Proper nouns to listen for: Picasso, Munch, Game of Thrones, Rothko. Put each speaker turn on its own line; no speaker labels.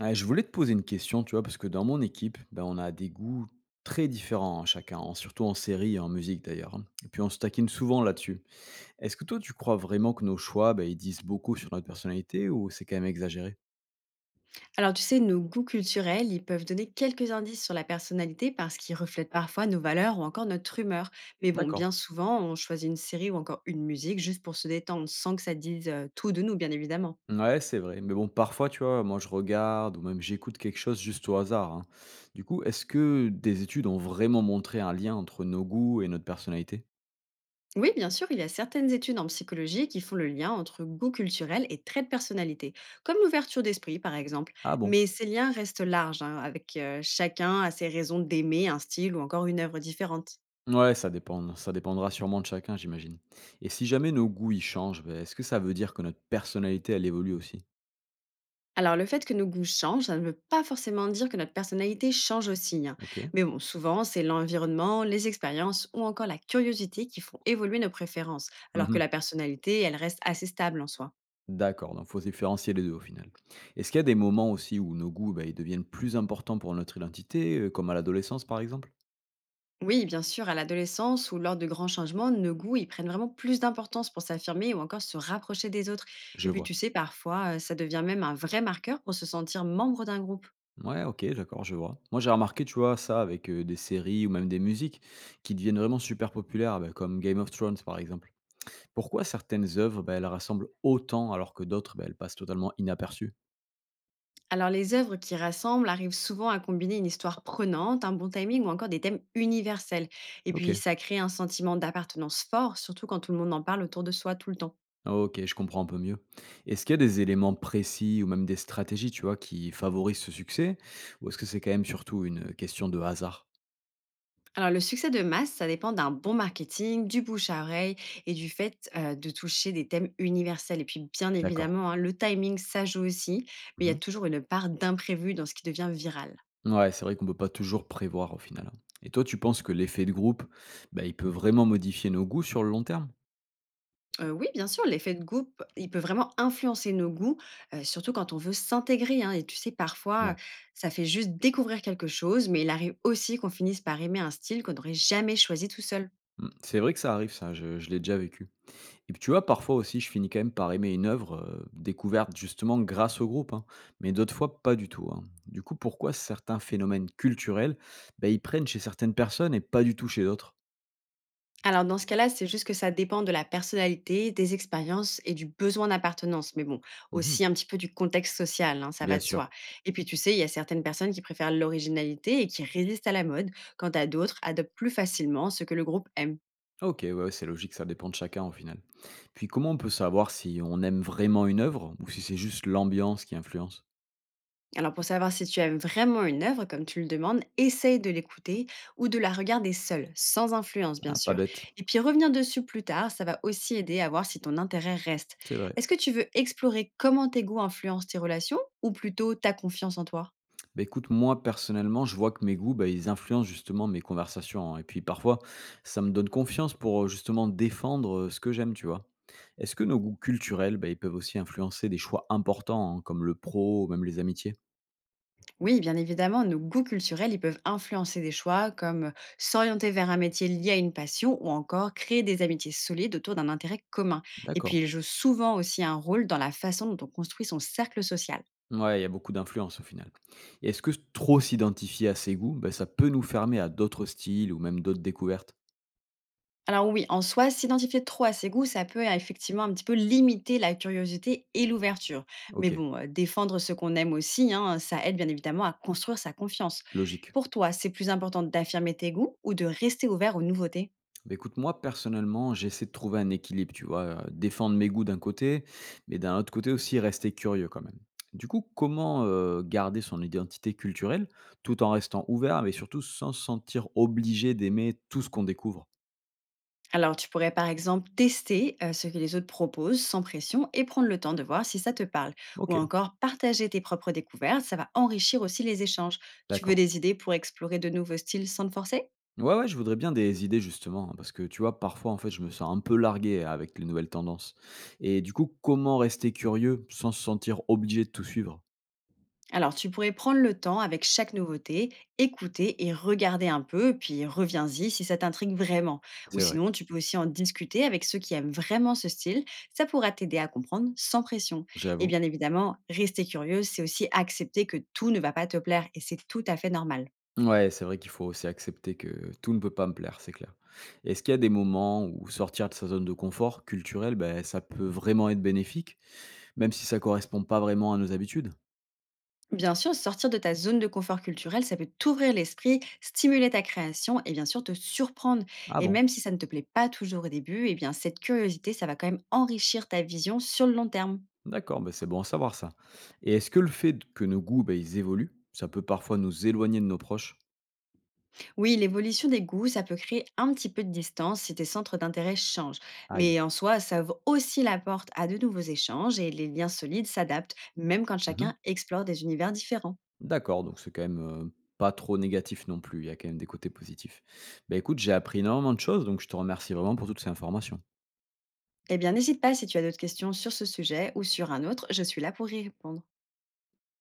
Ouais, je voulais te poser une question, tu vois, parce que dans mon équipe, ben, on a des goûts très différents hein, chacun, surtout en série et en musique d'ailleurs. Hein. Et puis on se taquine souvent là-dessus. Est-ce que toi, tu crois vraiment que nos choix, ben, ils disent beaucoup sur notre personnalité ou c'est quand même exagéré?
Alors, tu sais, nos goûts culturels, ils peuvent donner quelques indices sur la personnalité parce qu'ils reflètent parfois nos valeurs ou encore notre humeur. Mais bon,
D'accord.
bien souvent, on choisit une série ou encore une musique juste pour se détendre sans que ça dise tout de nous, bien évidemment.
Ouais, c'est vrai. Mais bon, parfois, tu vois, moi je regarde ou même j'écoute quelque chose juste au hasard. Hein. Du coup, est-ce que des études ont vraiment montré un lien entre nos goûts et notre personnalité?
Oui, bien sûr, il y a certaines études en psychologie qui font le lien entre goût culturel et trait de personnalité, comme l'ouverture d'esprit, par exemple.
Ah bon?
Mais ces liens restent larges, hein, avec chacun a ses raisons d'aimer un style ou encore une œuvre différente.
Ouais, ça dépend, ça dépendra sûrement de chacun, j'imagine. Et si jamais nos goûts ils changent, beh, est-ce que ça veut dire que notre personnalité elle évolue aussi?
Alors, le fait que nos goûts changent, ça ne veut pas forcément dire que notre personnalité change aussi, hein.
OK.
Mais bon, souvent, c'est l'environnement, les expériences ou encore la curiosité qui font évoluer nos préférences, alors que
Mmh.
la personnalité, elle reste assez stable en soi.
D'accord, donc faut différencier les 2 au final. Est-ce qu'il y a des moments aussi où nos goûts, bah, ils deviennent plus importants pour notre identité, comme à l'adolescence par exemple?
Oui, bien sûr, à l'adolescence ou lors de grands changements, nos goûts, ils prennent vraiment plus d'importance pour s'affirmer ou encore se rapprocher des autres. Et
Je
puis,
vois.
tu sais, parfois, ça devient même un vrai marqueur pour se sentir membre d'un groupe.
Ouais, OK, d'accord, je vois. Moi j'ai remarqué, tu vois, ça avec, des séries ou même des musiques qui deviennent vraiment super populaires, bah, comme Game of Thrones par exemple. Pourquoi certaines œuvres, bah, elles rassemblent autant alors que d'autres, bah, elles passent totalement inaperçues?
Alors, les œuvres qui rassemblent arrivent souvent à combiner une histoire prenante, un bon timing ou encore des thèmes universels. Et puis,
OK.
ça crée un sentiment d'appartenance fort, surtout quand tout le monde en parle autour de soi tout le temps.
OK, je comprends un peu mieux. Est-ce qu'il y a des éléments précis ou même des stratégies, tu vois, qui favorisent ce succès? Ou est-ce que c'est quand même surtout une question de hasard?
Alors, le succès de masse, ça dépend d'un bon marketing, du bouche à oreille et du fait de toucher des thèmes universels. Et puis, bien
D'accord.
évidemment, hein, le timing, ça joue aussi, mais il y a
Mmh.
toujours une part d'imprévu dans ce qui devient viral.
Ouais, c'est vrai qu'on peut pas toujours prévoir au final, hein. Et toi, tu penses que l'effet de groupe, bah, il peut vraiment modifier nos goûts sur le long terme?
Oui, bien sûr, l'effet de groupe, il peut vraiment influencer nos goûts, surtout quand on veut s'intégrer, hein, et tu sais, parfois,
Ouais.
ça fait juste découvrir quelque chose, mais il arrive aussi qu'on finisse par aimer un style qu'on n'aurait jamais choisi tout seul.
Mmh. C'est vrai que ça arrive ça, je l'ai déjà vécu. Et puis tu vois, parfois aussi, je finis quand même par aimer une œuvre découverte justement grâce au groupe, hein, mais d'autres fois pas du tout. Hein. Du coup, pourquoi certains phénomènes culturels, ben, ils prennent chez certaines personnes et pas du tout chez d'autres?
Alors dans ce cas-là, c'est juste que ça dépend de la personnalité, des expériences et du besoin d'appartenance, mais bon,
Mhm.
aussi un petit peu du contexte social, hein, ça va
Bien
de soi.
sûr.
Et puis tu sais, il y a certaines personnes qui préfèrent l'originalité et qui résistent à la mode, quant à d'autres adoptent plus facilement ce que le groupe aime.
Ok, ouais, ouais, c'est logique, ça dépend de chacun au final. Puis comment on peut savoir si on aime vraiment une œuvre ou si c'est juste l'ambiance qui influence?
Alors pour savoir si tu aimes vraiment une œuvre, comme tu le demandes, essaye de l'écouter ou de la regarder seule, sans influence bien
Ah, pas
sûr.
bête,
Et puis revenir dessus plus tard, ça va aussi aider à voir si ton intérêt reste.
c'est vrai.
Est-ce que tu veux explorer comment tes goûts influencent tes relations ou plutôt ta confiance en toi?
Bah, écoute, moi, personnellement, je vois que mes goûts, bah, ils influencent justement mes conversations, hein. Et puis parfois, ça me donne confiance pour justement défendre ce que j'aime, tu vois. Est-ce que nos goûts culturels, bah, ils peuvent aussi influencer des choix importants, hein, comme le pro, ou même les amitiés?
Oui, bien évidemment, nos goûts culturels, ils peuvent influencer des choix comme s'orienter vers un métier lié à une passion ou encore créer des amitiés solides autour d'un intérêt commun. Et puis
D'accord.
ils jouent souvent aussi un rôle dans la façon dont on construit son cercle social.
Ouais, il y a beaucoup d'influence au final. Et est-ce que trop s'identifier à ses goûts, bah, ça peut nous fermer à d'autres styles ou même d'autres découvertes?
Alors oui, en soi, s'identifier trop à ses goûts, ça peut effectivement un petit peu limiter la curiosité et l'ouverture. Mais
Ok,
bon, défendre ce qu'on aime aussi, hein, ça aide bien évidemment à construire sa confiance.
logique.
Pour toi, c'est plus important d'affirmer tes goûts ou de rester ouvert aux nouveautés?
Bah, écoute, moi, personnellement, j'essaie de trouver un équilibre, tu vois? Défendre mes goûts d'un côté, mais d'un autre côté aussi rester curieux quand même. Du coup, comment, garder son identité culturelle tout en restant ouvert, mais surtout sans se sentir obligé d'aimer tout ce qu'on découvre?
Alors tu pourrais par exemple tester ce que les autres proposent sans pression et prendre le temps de voir si ça te parle. Ou
OK,
encore partager tes propres découvertes, ça va enrichir aussi les échanges. Tu veux
d'accord.
des idées pour explorer de nouveaux styles sans te forcer?
Ouais, ouais, je voudrais bien des idées justement, hein, parce que tu vois, parfois, en fait, je me sens un peu largué avec les nouvelles tendances et du coup, comment rester curieux sans se sentir obligé de tout suivre?
Alors, tu pourrais prendre le temps avec chaque nouveauté, écouter et regarder un peu, puis reviens-y si ça t'intrigue vraiment. Ou
C'est vrai,
sinon, tu peux aussi en discuter avec ceux qui aiment vraiment ce style. Ça pourra t'aider à comprendre sans pression. Et
j'avoue.
bien évidemment, rester curieuse, c'est aussi accepter que tout ne va pas te plaire et c'est tout à fait normal.
Ouais, c'est vrai qu'il faut aussi accepter que tout ne peut pas me plaire, c'est clair. Est-ce qu'il y a des moments où sortir de sa zone de confort culturel, ben, ça peut vraiment être bénéfique, même si ça correspond pas vraiment à nos habitudes?
Bien sûr, sortir de ta zone de confort culturel, ça peut t'ouvrir l'esprit, stimuler ta création et bien sûr te surprendre.
Ah
Et
bon,
même si ça ne te plaît pas toujours au début, eh bien cette curiosité, ça va quand même enrichir ta vision sur le long terme.
d'accord, ben, c'est bon à savoir ça. Et est-ce que le fait que nos goûts, ben, ils évoluent, ça peut parfois nous éloigner de nos proches?
Oui, l'évolution des goûts, ça peut créer un petit peu de distance si tes centres d'intérêt changent.
Aïe.
Mais en soi, ça ouvre aussi la porte à de nouveaux échanges et les liens solides s'adaptent, même quand
Mhm.
chacun explore des univers différents.
D'accord, donc c'est quand même pas trop négatif non plus, il y a quand même des côtés positifs. Ben écoute, j'ai appris énormément de choses, donc je te remercie vraiment pour toutes ces informations.
Eh bien, n'hésite pas si tu as d'autres questions sur ce sujet ou sur un autre, je suis là pour y répondre.